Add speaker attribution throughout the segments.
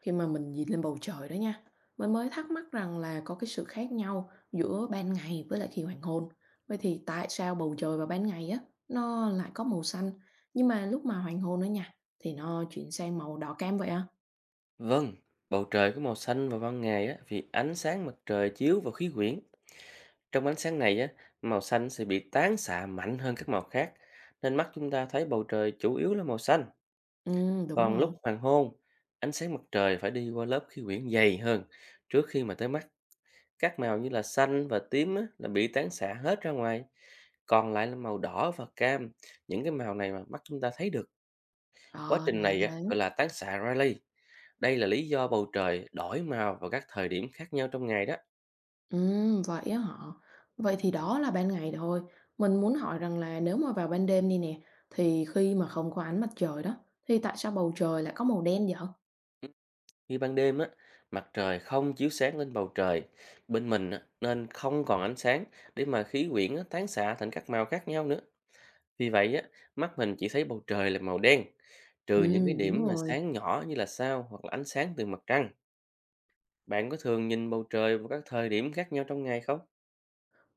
Speaker 1: Khi mà mình nhìn lên bầu trời đó nha, mình mới thắc mắc rằng là có cái sự khác nhau giữa ban ngày với lại khi hoàng hôn. Vậy thì tại sao bầu trời vào ban ngày á nó lại có màu xanh, nhưng mà lúc mà hoàng hôn đó nha thì nó chuyển sang màu đỏ cam vậy à?
Speaker 2: Vâng, bầu trời có màu xanh vào ban ngày á, vì ánh sáng mặt trời chiếu vào khí quyển. Trong ánh sáng này á, màu xanh sẽ bị tán xạ mạnh hơn các màu khác, nên mắt chúng ta thấy bầu trời chủ yếu là màu xanh.
Speaker 1: Ừ, đúng
Speaker 2: Còn
Speaker 1: rồi.
Speaker 2: lúc hoàng hôn, ánh sáng mặt trời phải đi qua lớp khí quyển dày hơn. Trước khi mà tới mắt, các màu như là xanh và tím á, là bị tán xạ hết ra ngoài. Còn lại là màu đỏ và cam, những cái màu này mà mắt chúng ta thấy được. Quá
Speaker 1: Ờ,
Speaker 2: trình
Speaker 1: ra
Speaker 2: này á,
Speaker 1: thế.
Speaker 2: gọi là tán xạ Rayleigh. Đây là lý do bầu trời đổi màu vào các thời điểm khác nhau trong ngày đó.
Speaker 1: Ừ, vậy á họ. Vậy thì đó là ban ngày thôi. Mình muốn hỏi rằng là nếu mà vào ban đêm đi nè, thì khi mà không có ánh mặt trời đó, thì tại sao bầu trời lại có màu đen vậy?
Speaker 2: Ừ, khi ban đêm á, mặt trời không chiếu sáng lên bầu trời bên mình á, nên không còn ánh sáng để mà khí quyển á, tán xạ thành các màu khác nhau nữa. Vì vậy á, mắt mình chỉ thấy bầu trời là màu đen,
Speaker 1: Ừ,
Speaker 2: trừ những cái
Speaker 1: đúng
Speaker 2: điểm mà
Speaker 1: rồi.
Speaker 2: sáng nhỏ như là sao hoặc là ánh sáng từ mặt trăng. Bạn có thường nhìn bầu trời vào các thời điểm khác nhau trong ngày không?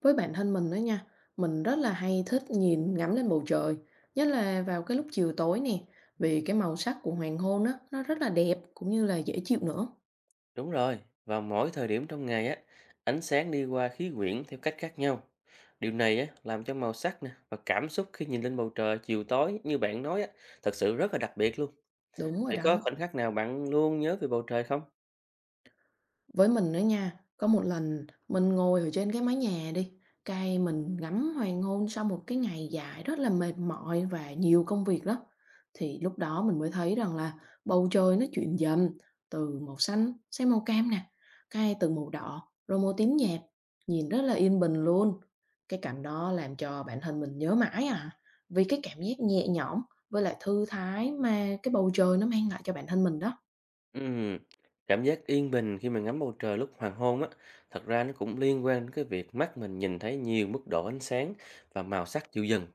Speaker 1: Với bản thân mình đó nha, mình rất là hay thích nhìn ngắm lên bầu trời, nhất là vào cái lúc chiều tối nè, vì cái màu sắc của hoàng hôn á, nó rất là đẹp cũng như là dễ chịu nữa.
Speaker 2: Đúng rồi, vào mỗi thời điểm trong ngày á, ánh sáng đi qua khí quyển theo cách khác nhau. Điều này á, làm cho màu sắc nè và cảm xúc khi nhìn lên bầu trời chiều tối như bạn nói á, thật sự rất là đặc biệt luôn.
Speaker 1: Đúng rồi
Speaker 2: Vậy có
Speaker 1: đó.
Speaker 2: khoảnh khắc nào bạn luôn nhớ về bầu trời không?
Speaker 1: Với mình nữa nha, có một lần mình ngồi ở trên cái mái nhà đi, cái mình ngắm hoàng hôn sau một cái ngày dài rất là mệt mỏi và nhiều công việc đó. Thì lúc đó mình mới thấy rằng là bầu trời nó chuyển dần từ màu xanh sang màu cam nè, cái từ màu đỏ rồi màu tím nhạt, nhìn rất là yên bình luôn. Cái cảnh đó làm cho bản thân mình nhớ mãi à, vì cái cảm giác nhẹ nhõm với lại thư thái mà cái bầu trời nó mang lại cho bản thân mình đó.
Speaker 2: Ừm, cảm giác yên bình khi mình ngắm bầu trời lúc hoàng hôn á, thật ra nó cũng liên quan đến cái việc mắt mình nhìn thấy nhiều mức độ ánh sáng và màu sắc dịu dần.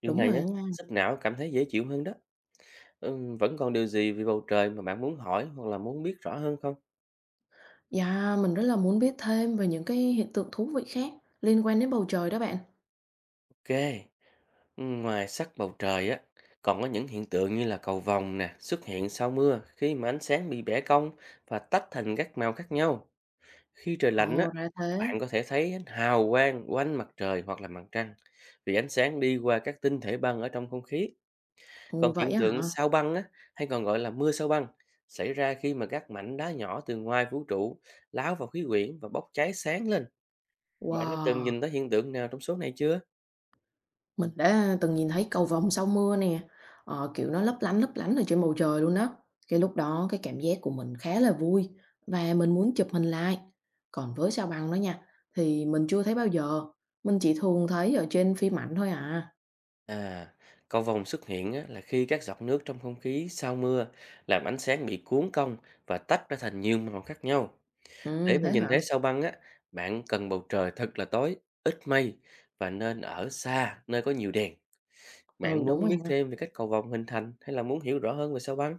Speaker 2: Điều
Speaker 1: Đúng
Speaker 2: này á,
Speaker 1: rồi đó nha.
Speaker 2: giúp não cảm thấy dễ chịu hơn đó. Vẫn còn điều gì về bầu trời mà bạn muốn hỏi hoặc là muốn biết rõ hơn không?
Speaker 1: Dạ, mình rất là muốn biết thêm về những cái hiện tượng thú vị khác liên quan đến bầu trời đó bạn.
Speaker 2: Ok, ngoài sắc bầu trời á, còn có những hiện tượng như là cầu vồng nè, xuất hiện sau mưa khi mà ánh sáng bị bẻ cong và tách thành các màu khác nhau. Khi trời lạnh á,
Speaker 1: Ồ, ra thế.
Speaker 2: bạn có thể thấy ánh hào quang quanh mặt trời hoặc là mặt trăng vì ánh sáng đi qua các tinh thể băng ở trong không khí.
Speaker 1: Ồ,
Speaker 2: Còn
Speaker 1: vậy
Speaker 2: hiện
Speaker 1: á
Speaker 2: tượng
Speaker 1: hả?
Speaker 2: sao băng á, hay còn gọi là mưa sao băng, xảy ra khi mà các mảnh đá nhỏ từ ngoài vũ trụ lao vào khí quyển và bốc cháy sáng lên. Bạn đã từng
Speaker 1: Wow,
Speaker 2: nhìn thấy hiện tượng nào trong số này chưa?
Speaker 1: mình đã từng nhìn thấy cầu vồng sau mưa nè. Ờ, kiểu nó lấp lánh ở trên bầu trời luôn đó. Cái lúc đó cái cảm giác của mình khá là vui và mình muốn chụp hình lại. Còn với sao băng đó nha, thì mình chưa thấy bao giờ. Mình chỉ thường thấy ở trên phim ảnh thôi à.
Speaker 2: À, cầu vồng xuất hiện á, là khi các giọt nước trong không khí sau mưa làm ánh sáng bị cuốn cong và tách ra thành nhiều màu khác nhau. Để
Speaker 1: Ừ,
Speaker 2: mà
Speaker 1: thế
Speaker 2: nhìn
Speaker 1: hả?
Speaker 2: thấy sao băng á, bạn cần bầu trời thật là tối, ít mây và nên ở xa nơi có nhiều đèn. Bạn
Speaker 1: Ừ, đúng
Speaker 2: muốn
Speaker 1: rồi
Speaker 2: biết
Speaker 1: ha.
Speaker 2: thêm về cách cầu vồng hình thành hay là muốn hiểu rõ hơn về sao băng?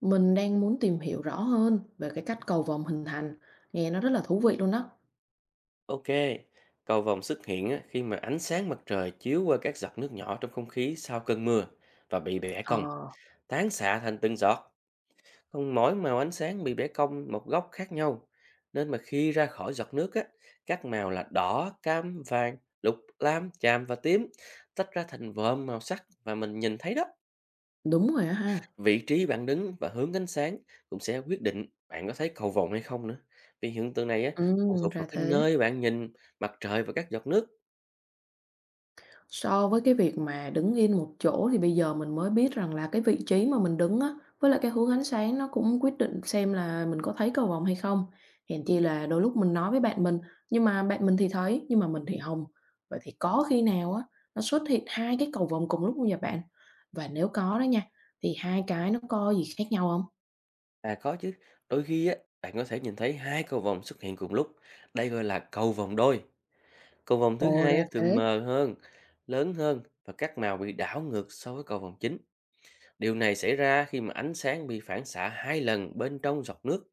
Speaker 1: Mình đang muốn tìm hiểu rõ hơn về cái cách cầu vồng hình thành, nghe nó rất là thú vị luôn đó.
Speaker 2: Ok, cầu vồng xuất hiện á, khi mà ánh sáng mặt trời chiếu qua các giọt nước nhỏ trong không khí sau cơn mưa và bị bẻ cong,
Speaker 1: Ờ,
Speaker 2: tán xạ thành từng giọt. Không mỗi màu ánh sáng bị bẻ cong một góc khác nhau, nên mà khi ra khỏi giọt nước á, các màu là đỏ, cam, vàng, lục, lam, chàm và tím tách ra thành vòm màu sắc mà mình nhìn thấy đó.
Speaker 1: đúng rồi á ha.
Speaker 2: Vị trí bạn đứng và hướng ánh sáng cũng sẽ quyết định bạn có thấy cầu vồng hay không nữa. Vì hiện tượng này á, phụ thuộc vào
Speaker 1: Ra
Speaker 2: cái
Speaker 1: thế.
Speaker 2: nơi bạn nhìn mặt trời và các giọt nước.
Speaker 1: So với cái việc mà đứng yên một chỗ thì bây giờ mình mới biết rằng là cái vị trí mà mình đứng á, với lại cái hướng ánh sáng nó cũng quyết định xem là mình có thấy cầu vồng hay không. Hèn chi là đôi lúc mình nói với bạn mình, nhưng mà bạn mình thì thấy, nhưng mà mình thì không. Vậy thì có khi nào á, nó xuất hiện hai cái cầu vồng cùng lúc không vậy bạn? Và nếu có đó nha, thì hai cái nó có gì khác nhau không?
Speaker 2: À có chứ, đôi khi á, bạn có thể nhìn thấy hai cầu vồng xuất hiện cùng lúc. Đây gọi là cầu vồng đôi. Cầu vòng thứ
Speaker 1: Ồ,
Speaker 2: hai
Speaker 1: ra
Speaker 2: á, thường
Speaker 1: thế.
Speaker 2: mờ hơn, lớn hơn và các màu bị đảo ngược so với cầu vòng chính. Điều này xảy ra khi mà ánh sáng bị phản xạ hai lần bên trong giọt nước.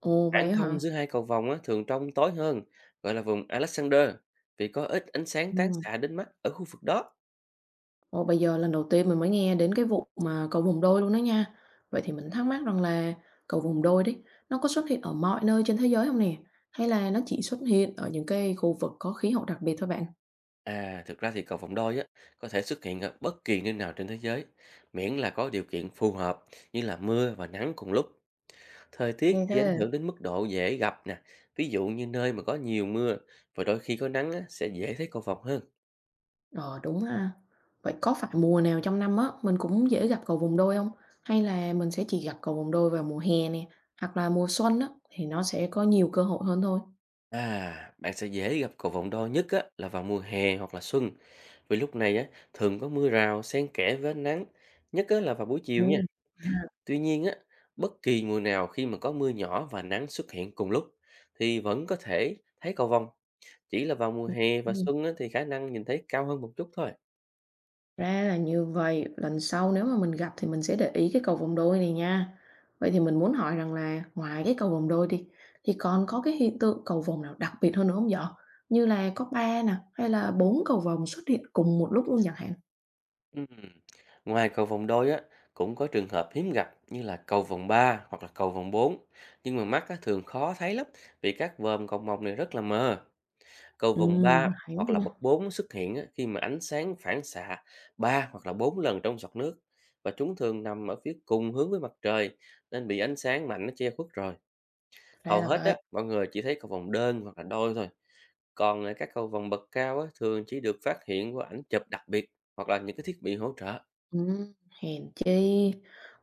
Speaker 1: Ồ,
Speaker 2: Khoảng
Speaker 1: vậy á
Speaker 2: không
Speaker 1: hả?
Speaker 2: giữa hai cầu vòng á, thường trong tối hơn, gọi là vùng Alexander, vì có ít ánh sáng tán
Speaker 1: Ừ,
Speaker 2: xạ đến mắt ở khu vực đó.
Speaker 1: ồ, bây giờ lần đầu tiên mình mới nghe đến cái vụ mà cầu vồng đôi luôn đó nha. Vậy thì mình thắc mắc rằng là cầu vồng đôi đấy, nó có xuất hiện ở mọi nơi trên thế giới không nè? Hay là nó chỉ xuất hiện ở những cái khu vực có khí hậu đặc biệt thôi bạn?
Speaker 2: À, thực ra thì cầu vòng đôi á, có thể xuất hiện ở bất kỳ nơi nào trên thế giới, miễn là có điều kiện phù hợp như là mưa và nắng cùng lúc. Thời tiết
Speaker 1: Nghe
Speaker 2: chỉ ảnh
Speaker 1: thế
Speaker 2: hưởng đến mức độ dễ gặp nè, ví dụ như nơi mà có nhiều mưa và đôi khi có nắng á, sẽ dễ thấy cầu vồng hơn.
Speaker 1: ờ, đúng ha. Vậy có phải mùa nào trong năm á, mình cũng dễ gặp cầu vồng đôi không? Hay là mình sẽ chỉ gặp cầu vồng đôi vào mùa hè nè, hoặc là mùa xuân á, thì nó sẽ có nhiều cơ hội hơn thôi?
Speaker 2: À, bạn sẽ dễ gặp cầu vồng đo nhất á, là vào mùa hè hoặc là xuân, vì lúc này á, thường có mưa rào xen kẽ với ánh nắng, nhất á, là vào buổi
Speaker 1: Ừ.
Speaker 2: chiều nha.
Speaker 1: À.
Speaker 2: Tuy nhiên á, bất kỳ mùa nào khi mà có mưa nhỏ và nắng xuất hiện cùng lúc thì vẫn có thể thấy cầu vồng. Chỉ là vào mùa hè và
Speaker 1: Ừm.
Speaker 2: xuân á, thì khả năng nhìn thấy cao hơn một chút thôi.
Speaker 1: Ra là như vậy, lần sau nếu mà mình gặp thì mình sẽ để ý cái cầu vòng đôi này nha. Vậy thì mình muốn hỏi rằng là ngoài cái cầu vòng đôi đi thì còn có cái hiện tượng cầu vồng nào đặc biệt hơn nữa không vậy? Như là có ba nè hay là bốn cầu vồng xuất hiện cùng một lúc luôn chẳng hạn.
Speaker 2: Ừm, Ngoài cầu vòng đôi á, cũng có trường hợp hiếm gặp như là cầu vòng 3 hoặc là cầu vòng bốn. Nhưng mà mắt á, thường khó thấy lắm vì các vòm cầu vồng này rất là mờ. Cầu
Speaker 1: Ừ,
Speaker 2: vòng 3
Speaker 1: hay
Speaker 2: hoặc là
Speaker 1: quá
Speaker 2: bậc
Speaker 1: ha.
Speaker 2: 4 xuất hiện á, khi mà ánh sáng phản xạ 3 hoặc là 4 lần trong giọt nước. Và chúng thường nằm ở phía cùng hướng với mặt trời nên bị ánh sáng mạnh nó che khuất rồi.
Speaker 1: Ra
Speaker 2: Hầu
Speaker 1: là
Speaker 2: hết á,
Speaker 1: vậy.
Speaker 2: mọi người chỉ thấy cầu vòng đơn hoặc là đôi thôi. Còn các cầu vòng bậc cao á, thường chỉ được phát hiện qua ảnh chụp đặc biệt hoặc là những cái thiết bị hỗ trợ.
Speaker 1: Ừm, hèn chi.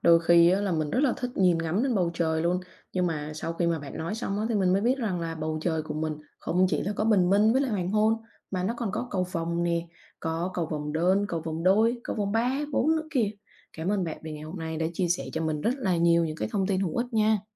Speaker 1: Đôi khi á là mình rất là thích nhìn ngắm lên bầu trời luôn, nhưng mà sau khi mà bạn nói xong á thì mình mới biết rằng là bầu trời của mình không chỉ là có bình minh với lại hoàng hôn, mà nó còn có cầu vồng nè, có cầu vồng đơn, cầu vồng đôi, cầu vồng 3 4 nữa kìa. Cảm ơn bạn vì ngày hôm nay đã chia sẻ cho mình rất là nhiều những cái thông tin hữu ích nha.